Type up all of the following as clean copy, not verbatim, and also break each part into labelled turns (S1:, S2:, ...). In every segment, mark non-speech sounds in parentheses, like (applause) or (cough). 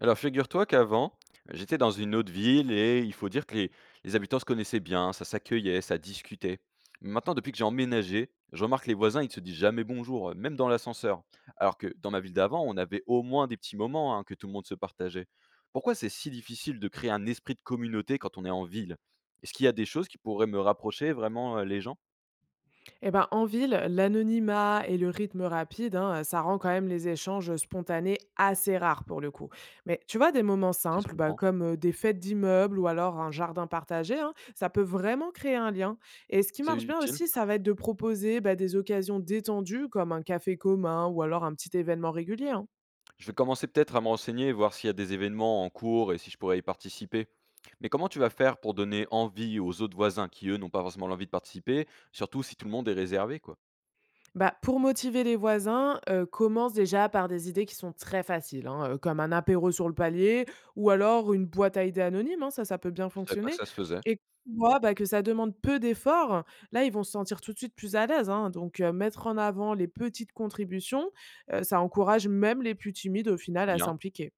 S1: Alors, figure-toi qu'avant, j'étais dans une autre ville et il faut dire que les habitants se connaissaient bien, ça s'accueillait, ça discutait. Mais maintenant, depuis que j'ai emménagé, je remarque que les voisins, ils se disent jamais bonjour, même dans l'ascenseur. Alors que dans ma ville d'avant, on avait au moins des petits moments hein, que tout le monde se partageait. Pourquoi c'est si difficile de créer un esprit de communauté quand on est en ville? Est-ce qu'il y a des choses qui pourraient me rapprocher vraiment les gens?
S2: Eh ben, en ville, l'anonymat et le rythme rapide, hein, ça rend quand même les échanges spontanés assez rares pour le coup. Mais tu vois, des moments
S1: Ça se
S2: simples, bah,
S1: comprend.
S2: comme des fêtes d'immeubles ou alors un jardin partagé, hein, ça peut vraiment créer un lien. Et ce qui
S1: C'est
S2: marche bien
S1: utile.
S2: aussi, ça va être de proposer bah, des occasions détendues comme un café commun ou alors un petit événement régulier, hein.
S1: Je vais commencer peut-être à me renseigner, voir s'il y a des événements en cours et si je pourrais y participer. Mais comment tu vas faire pour donner envie aux autres voisins qui, eux, n'ont pas forcément l'envie de participer, surtout si tout le monde est réservé, quoi?
S2: Bah, pour motiver les voisins, commence déjà par des idées qui sont très faciles, hein, comme un apéro sur le palier ou alors une boîte à idées anonyme, hein, ça peut bien
S1: Je savais pas que
S2: fonctionner
S1: ça se faisait.
S2: et tu vois, bah, que ça demande peu d'efforts, là, ils vont se sentir tout de suite plus à l'aise, hein, donc mettre en avant les petites contributions, ça encourage même les plus timides, au final, à
S1: Bien.
S2: s'impliquer.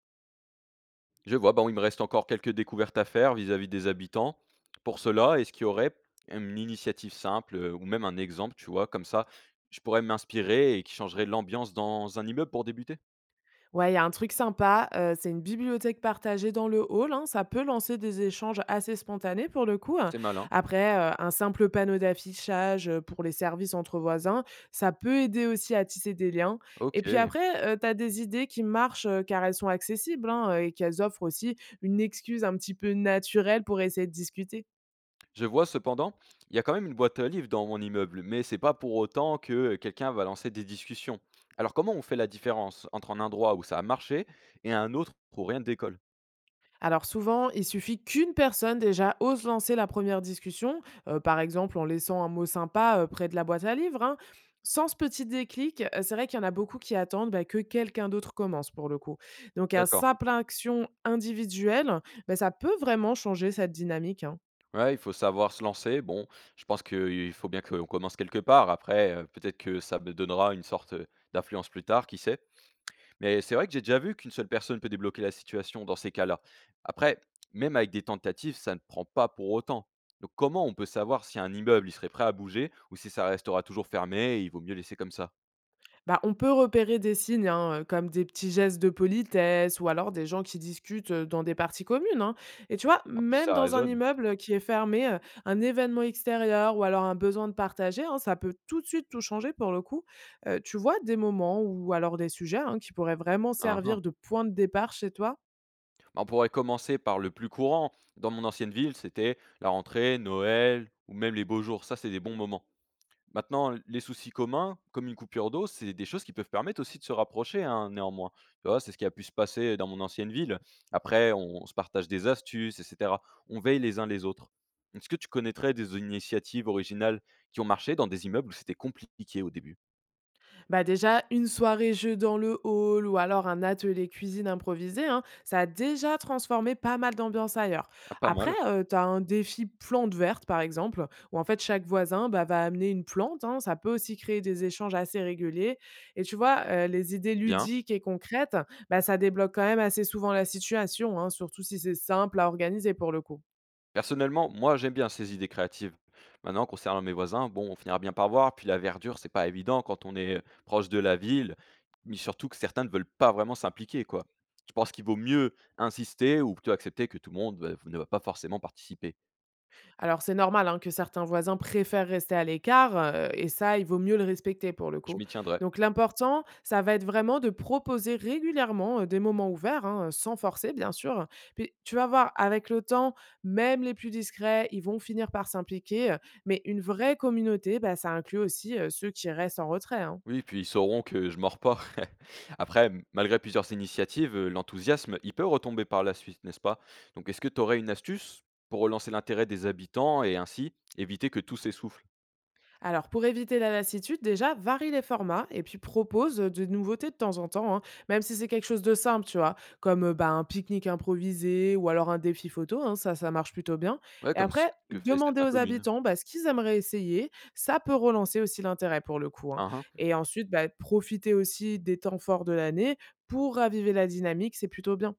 S1: Je vois, bon, il me reste encore quelques découvertes à faire vis-à-vis des habitants. Pour cela, est-ce qu'il y aurait une initiative simple, ou même un exemple, tu vois? Comme ça, je pourrais m'inspirer et qui changerait l'ambiance dans un immeuble pour débuter?
S2: Ouais, il y a un truc sympa, c'est une bibliothèque partagée dans le hall, hein, ça peut lancer des échanges assez spontanés pour le coup, hein.
S1: C'est malin.
S2: Après, un simple panneau d'affichage, pour les services entre voisins, ça peut aider aussi à tisser des liens. Et puis
S1: OK.
S2: après, tu as des idées qui marchent, car elles sont accessibles, hein, et qu'elles offrent aussi une excuse un petit peu naturelle pour essayer de discuter.
S1: Je vois cependant, il y a quand même une boîte à livres dans mon immeuble, mais c'est pas pour autant que quelqu'un va lancer des discussions. Alors comment on fait la différence entre un endroit où ça a marché et un autre où rien ne décolle?
S2: Alors souvent, il suffit qu'une personne déjà ose lancer la première discussion, par exemple en laissant un mot sympa près de la boîte à livres, hein. Sans ce petit déclic, c'est vrai qu'il y en a beaucoup qui attendent bah, que quelqu'un d'autre commence pour le coup. Donc, un
S1: D'accord.
S2: simple action individuelle, bah, ça peut vraiment changer cette dynamique, hein.
S1: Ouais, il faut savoir se lancer. Bon, je pense qu'il faut bien qu'on commence quelque part. Après, peut-être que ça me donnera une sorte d'influence plus tard, qui sait. Mais c'est vrai que j'ai déjà vu qu'une seule personne peut débloquer la situation dans ces cas-là. Après, même avec des tentatives, ça ne prend pas pour autant. Donc comment on peut savoir si un immeuble, il serait prêt à bouger ou si ça restera toujours fermé et il vaut mieux laisser comme ça?
S2: Bah, on peut repérer des signes, hein, comme des petits gestes de politesse ou alors des gens qui discutent dans des parties communes, hein. Et tu vois,
S1: En plus,
S2: même
S1: ça
S2: dans un
S1: résonne.
S2: immeuble qui est fermé, un événement extérieur ou alors un besoin de partager, hein, ça peut tout de suite tout changer pour le coup. Tu vois des moments ou alors des sujets hein, qui pourraient vraiment
S1: Hein, hein.
S2: servir de point de départ chez toi?
S1: Bah, on pourrait commencer par le plus courant. Dans mon ancienne ville, c'était la rentrée, Noël ou même les beaux jours. Ça, c'est des bons moments. Maintenant, les soucis communs, comme une coupure d'eau, c'est des choses qui peuvent permettre aussi de se rapprocher, hein, néanmoins. Tu vois, c'est ce qui a pu se passer dans mon ancienne ville. Après, on se partage des astuces, et cetera. On veille les uns les autres. Est-ce que tu connaîtrais des initiatives originales qui ont marché dans des immeubles où c'était compliqué au début?
S2: Bah déjà, une soirée jeu dans le hall ou alors un atelier cuisine improvisé, hein, ça a déjà transformé pas mal d'ambiance ailleurs.
S1: Ah, pas
S2: Après,
S1: mal,
S2: tu as un défi plante verte, par exemple, où en fait chaque voisin bah, va amener une plante, hein, ça peut aussi créer des échanges assez réguliers. Et tu vois, les idées
S1: bien.
S2: ludiques et concrètes, bah, ça débloque quand même assez souvent la situation, hein, surtout si c'est simple à organiser pour le coup.
S1: Personnellement, moi, j'aime bien ces idées créatives. Maintenant, concernant mes voisins, bon, on finira bien par voir. Puis la verdure, c'est pas évident quand on est proche de la ville, mais surtout que certains ne veulent pas vraiment s'impliquer, quoi. Je pense qu'il vaut mieux insister ou plutôt accepter que tout le monde, bah, ne va pas forcément participer.
S2: Alors c'est normal, hein, que certains voisins préfèrent rester à l'écart, et ça, il vaut mieux le respecter pour le
S1: Je
S2: coup.
S1: m'y tiendrai.
S2: Donc l'important, ça va être vraiment de proposer régulièrement, des moments ouverts, hein, sans forcer bien sûr. Puis tu vas voir, avec le temps, même les plus discrets, ils vont finir par s'impliquer, mais une vraie communauté, bah, ça inclut aussi, ceux qui restent en retrait, hein.
S1: Oui, puis ils sauront que je mords pas. (laughs) Après, m malgré plusieurs initiatives, l'enthousiasme, il peut retomber par la suite, n'est-ce pas? Donc est-ce que tu aurais une astuce pour relancer l'intérêt des habitants et ainsi éviter que tout s'essouffle?
S2: Alors, pour éviter la lassitude, déjà, varie les formats et puis propose des nouveautés de temps en temps, hein, même si c'est quelque chose de simple, tu vois, comme bah, un pique-nique improvisé ou alors un défi photo, hein, ça marche plutôt bien.
S1: Ouais,
S2: Et
S1: comme ce
S2: après,
S1: que fait
S2: demander
S1: certaines
S2: aux
S1: communes.
S2: habitants bah, ce qu'ils aimeraient essayer, ça peut relancer aussi l'intérêt pour le coup, hein.
S1: Hein, hein.
S2: Et ensuite, bah, profiter aussi des temps forts de l'année pour raviver la dynamique, c'est plutôt bien.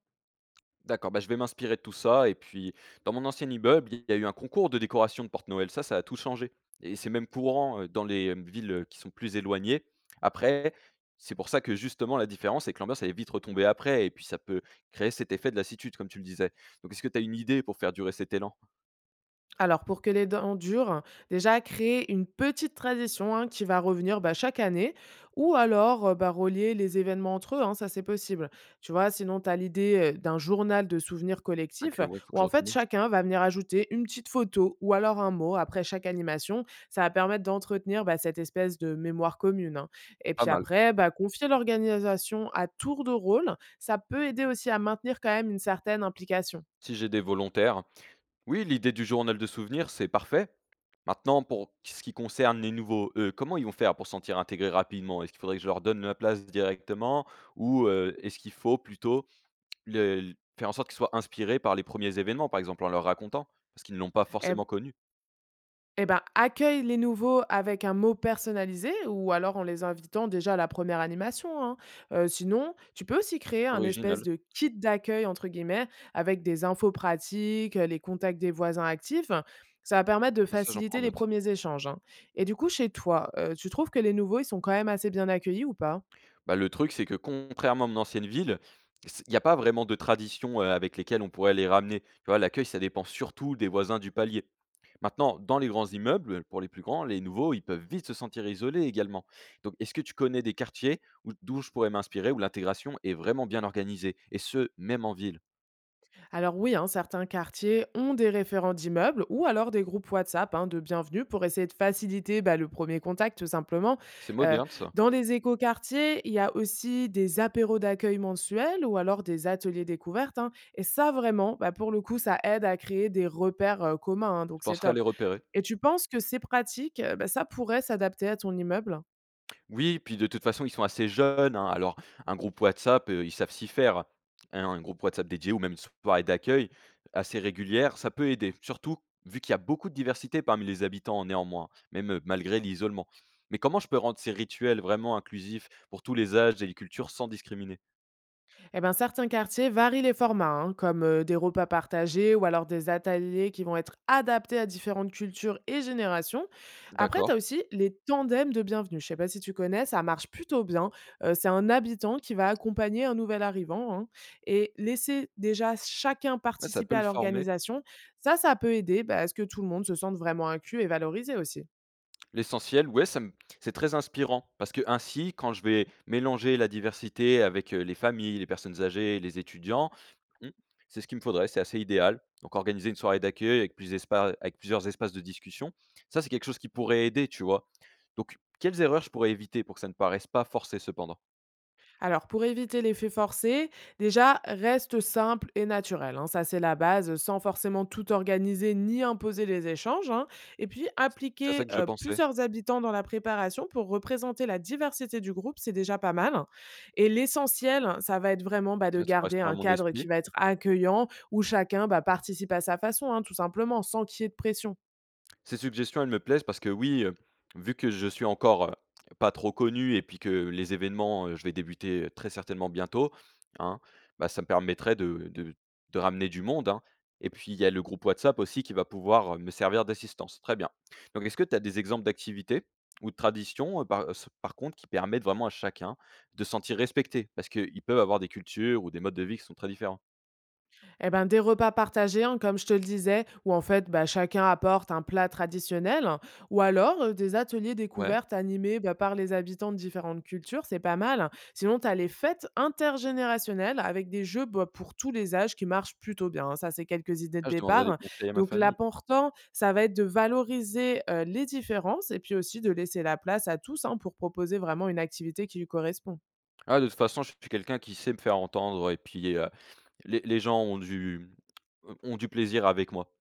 S1: D'accord, bah, je vais m'inspirer de tout ça et puis dans mon ancien immeuble, il y a eu un concours de décoration de porte-Noël, ça a tout changé et c'est même courant, dans les villes, qui sont plus éloignées. Après, c'est pour ça que justement la différence, c'est que l'ambiance elle est vite retombée après et puis ça peut créer cet effet de lassitude comme tu le disais. Donc est-ce que tu as une idée pour faire durer cet élan?
S2: Alors, pour que les dents durent, déjà créer une petite tradition hein, qui va revenir bah, chaque année, ou alors bah, relier les événements entre eux, hein, ça c'est possible. Tu vois, sinon tu as l'idée d'un journal de souvenirs
S1: Ah
S2: collectif,
S1: que ouais, faut que
S2: où
S1: je
S2: en fait
S1: recommence.
S2: chacun va venir ajouter une petite photo ou alors un mot après chaque animation. Ça va permettre d'entretenir bah, cette espèce de mémoire commune, hein. Et
S1: Pas
S2: puis
S1: mal.
S2: après, bah, confier l'organisation à tour de rôle, ça peut aider aussi à maintenir quand même une certaine implication.
S1: Si j'ai des volontaires. Oui, l'idée du journal de souvenirs, c'est parfait. Maintenant, pour ce qui concerne les nouveaux, comment ils vont faire pour se sentir intégrés rapidement? Est-ce qu'il faudrait que je leur donne la place directement ou, est-ce qu'il faut plutôt le faire en sorte qu'ils soient inspirés par les premiers événements, par exemple, en leur racontant? Parce qu'ils ne l'ont pas
S2: Eh
S1: forcément connu.
S2: Eh ben, accueille les nouveaux avec un mot personnalisé ou alors en les invitant déjà à la première animation, hein. Sinon, tu peux aussi créer un espèce
S1: Original.
S2: de kit d'accueil, entre guillemets, avec des infos pratiques, les contacts des voisins actifs. Ça va permettre de
S1: Bah, ça, j'en prends
S2: faciliter les
S1: note.
S2: premiers échanges, hein. Et du coup, chez toi, tu trouves que les nouveaux, ils sont quand même assez bien accueillis ou pas?
S1: Bah, le truc, c'est que contrairement à mon ancienne ville, il n'y a pas vraiment de tradition, avec lesquelles on pourrait les ramener. Tu vois? L'accueil, ça dépend surtout des voisins du palier. Maintenant, dans les grands immeubles, pour les plus grands, les nouveaux, ils peuvent vite se sentir isolés également. Donc, est-ce que tu connais des quartiers d'où je pourrais m'inspirer, où l'intégration est vraiment bien organisée, et ce, même en ville?
S2: Alors oui, hein, certains quartiers ont des référents d'immeubles ou alors des groupes WhatsApp hein, de bienvenue pour essayer de faciliter bah, le premier contact tout simplement.
S1: C'est
S2: Euh,
S1: moderne, ça.
S2: dans les éco-quartiers, il y a aussi des apéros d'accueil mensuels ou alors des ateliers découvertes, hein, et ça vraiment, bah, pour le coup, ça aide à créer des repères communs, hein,
S1: Je
S2: donc c'est
S1: penserais à
S2: top.
S1: les repérer.
S2: Et tu penses que ces pratiques, bah, ça pourrait s'adapter à ton immeuble?
S1: Oui, puis de toute façon, ils sont assez jeunes, hein. Alors un groupe WhatsApp, ils savent s'y faire, hein, un groupe WhatsApp dédié ou même une soirée d'accueil assez régulière, ça peut aider. Surtout, vu qu'il y a beaucoup de diversité parmi les habitants néanmoins, même, malgré l'isolement. Mais comment je peux rendre ces rituels vraiment inclusifs pour tous les âges et les cultures sans discriminer?
S2: Eh ben, certains quartiers varient les formats, hein, comme des repas partagés ou alors des ateliers qui vont être adaptés à différentes cultures et générations. Après, tu
S1: D'accord,
S2: as aussi les tandems de bienvenue. Je sais pas si tu connais, ça marche plutôt bien. C'est un habitant qui va accompagner un nouvel arrivant hein, et laisser déjà chacun
S1: ouais, ça peut
S2: participer
S1: le
S2: à
S1: former.
S2: l'organisation. Ça peut aider bah, à ce que tout le monde se sente vraiment inclus et valorisé aussi.
S1: L'essentiel, ouais, ça me c'est très inspirant parce que ainsi quand je vais mélanger la diversité avec, les familles, les personnes âgées, les étudiants, mmh, c'est ce qu'il me faudrait, c'est assez idéal. Donc organiser une soirée d'accueil avec plus d'espa avec plusieurs espaces de discussion, ça, c'est quelque chose qui pourrait aider, tu vois? Donc quelles erreurs je pourrais éviter pour que ça ne paraisse pas forcé cependant?
S2: Alors, pour éviter l'effet forcé, déjà, reste simple et naturel, hein, ça, c'est la base, sans forcément tout organiser ni imposer les échanges, hein. Et puis,
S1: C'est à ça
S2: impliquer
S1: que je pensais.
S2: plusieurs habitants dans la préparation pour représenter la diversité du groupe, c'est déjà pas mal, hein. Et l'essentiel, ça va être vraiment bah, de
S1: Ça
S2: garder
S1: correspond à
S2: un
S1: mon
S2: cadre
S1: esprit.
S2: qui va être accueillant, où chacun bah, participe à sa façon, hein, tout simplement, sans qu'il y ait de pression.
S1: Ces suggestions, elles me plaisent parce que oui, vu que je suis encore, pas trop connu et puis que les événements, je vais débuter, très certainement bientôt, hein, bah, ça me permettrait de ramener du monde, hein, et puis il y a le groupe WhatsApp aussi qui va pouvoir, me servir d'assistance. Très bien. Donc est-ce que tu as des exemples d'activités ou de traditions, par contre qui permettent vraiment à chacun de se sentir respecté? Parce qu'ils peuvent avoir des cultures ou des modes de vie qui sont très différents.
S2: Eh ben, des repas partagés, hein, comme je te le disais, où en fait bah, chacun apporte un plat traditionnel, hein, ou alors des ateliers
S1: Ouais,
S2: découvertes animés bah, par les habitants de différentes cultures, c'est pas mal, hein. Sinon, tu as les fêtes intergénérationnelles avec des jeux bah, pour tous les âges qui marchent plutôt bien, hein. Ça, c'est quelques idées de
S1: ah, je demanderai
S2: départ,
S1: des
S2: hein.
S1: conseils à ma
S2: Donc,
S1: famille.
S2: l'important, ça va être de valoriser les différences et puis aussi de laisser la place à tous hein, pour proposer vraiment une activité qui lui correspond.
S1: Ah, de toute façon, je suis quelqu'un qui sait me faire entendre et puis, les gens ont du plaisir avec moi.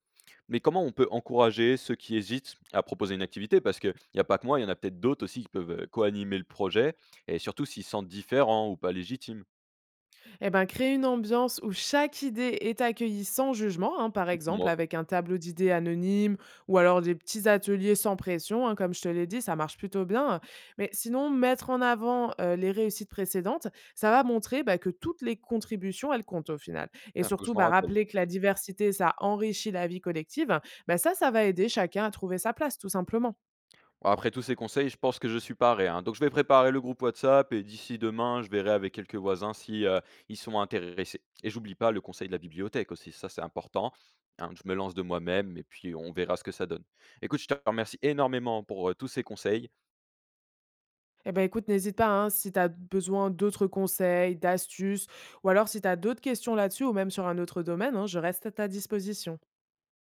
S1: Mais comment on peut encourager ceux qui hésitent à proposer une activité? Parce qu'il y a pas que moi, il y en a peut-être d'autres aussi qui peuvent, co-animer le projet et surtout s'ils se sentent différents ou pas légitimes.
S2: Eh ben, créer une ambiance où chaque idée est accueillie sans jugement, hein, par
S1: C'est tout
S2: exemple
S1: moi.
S2: avec un tableau d'idées anonyme ou alors des petits ateliers sans pression, hein, comme je te l'ai dit, ça marche plutôt bien. Mais sinon, mettre en avant les réussites précédentes, ça va montrer bah, que toutes les contributions, elles comptent au final. Et
S1: Tiens, faut que je
S2: surtout,
S1: m'en
S2: bah,
S1: rappelle.
S2: rappeler que la diversité, ça enrichit la vie collective, bah, ça va aider chacun à trouver sa place, tout simplement.
S1: Après tous ces conseils, je pense que je suis paré, hein. Donc je vais préparer le groupe WhatsApp et d'ici demain, je verrai avec quelques voisins si, ils sont intéressés. Et j'oublie pas le conseil de la bibliothèque aussi, ça c'est important, hein. Je me lance de moi-même et puis on verra ce que ça donne. Écoute, je te remercie énormément pour, tous ces conseils.
S2: Eh ben, écoute, n'hésite pas, hein, si tu as besoin d'autres conseils, d'astuces, ou alors si tu as d'autres questions là-dessus ou même sur un autre domaine, hein, je reste à ta disposition.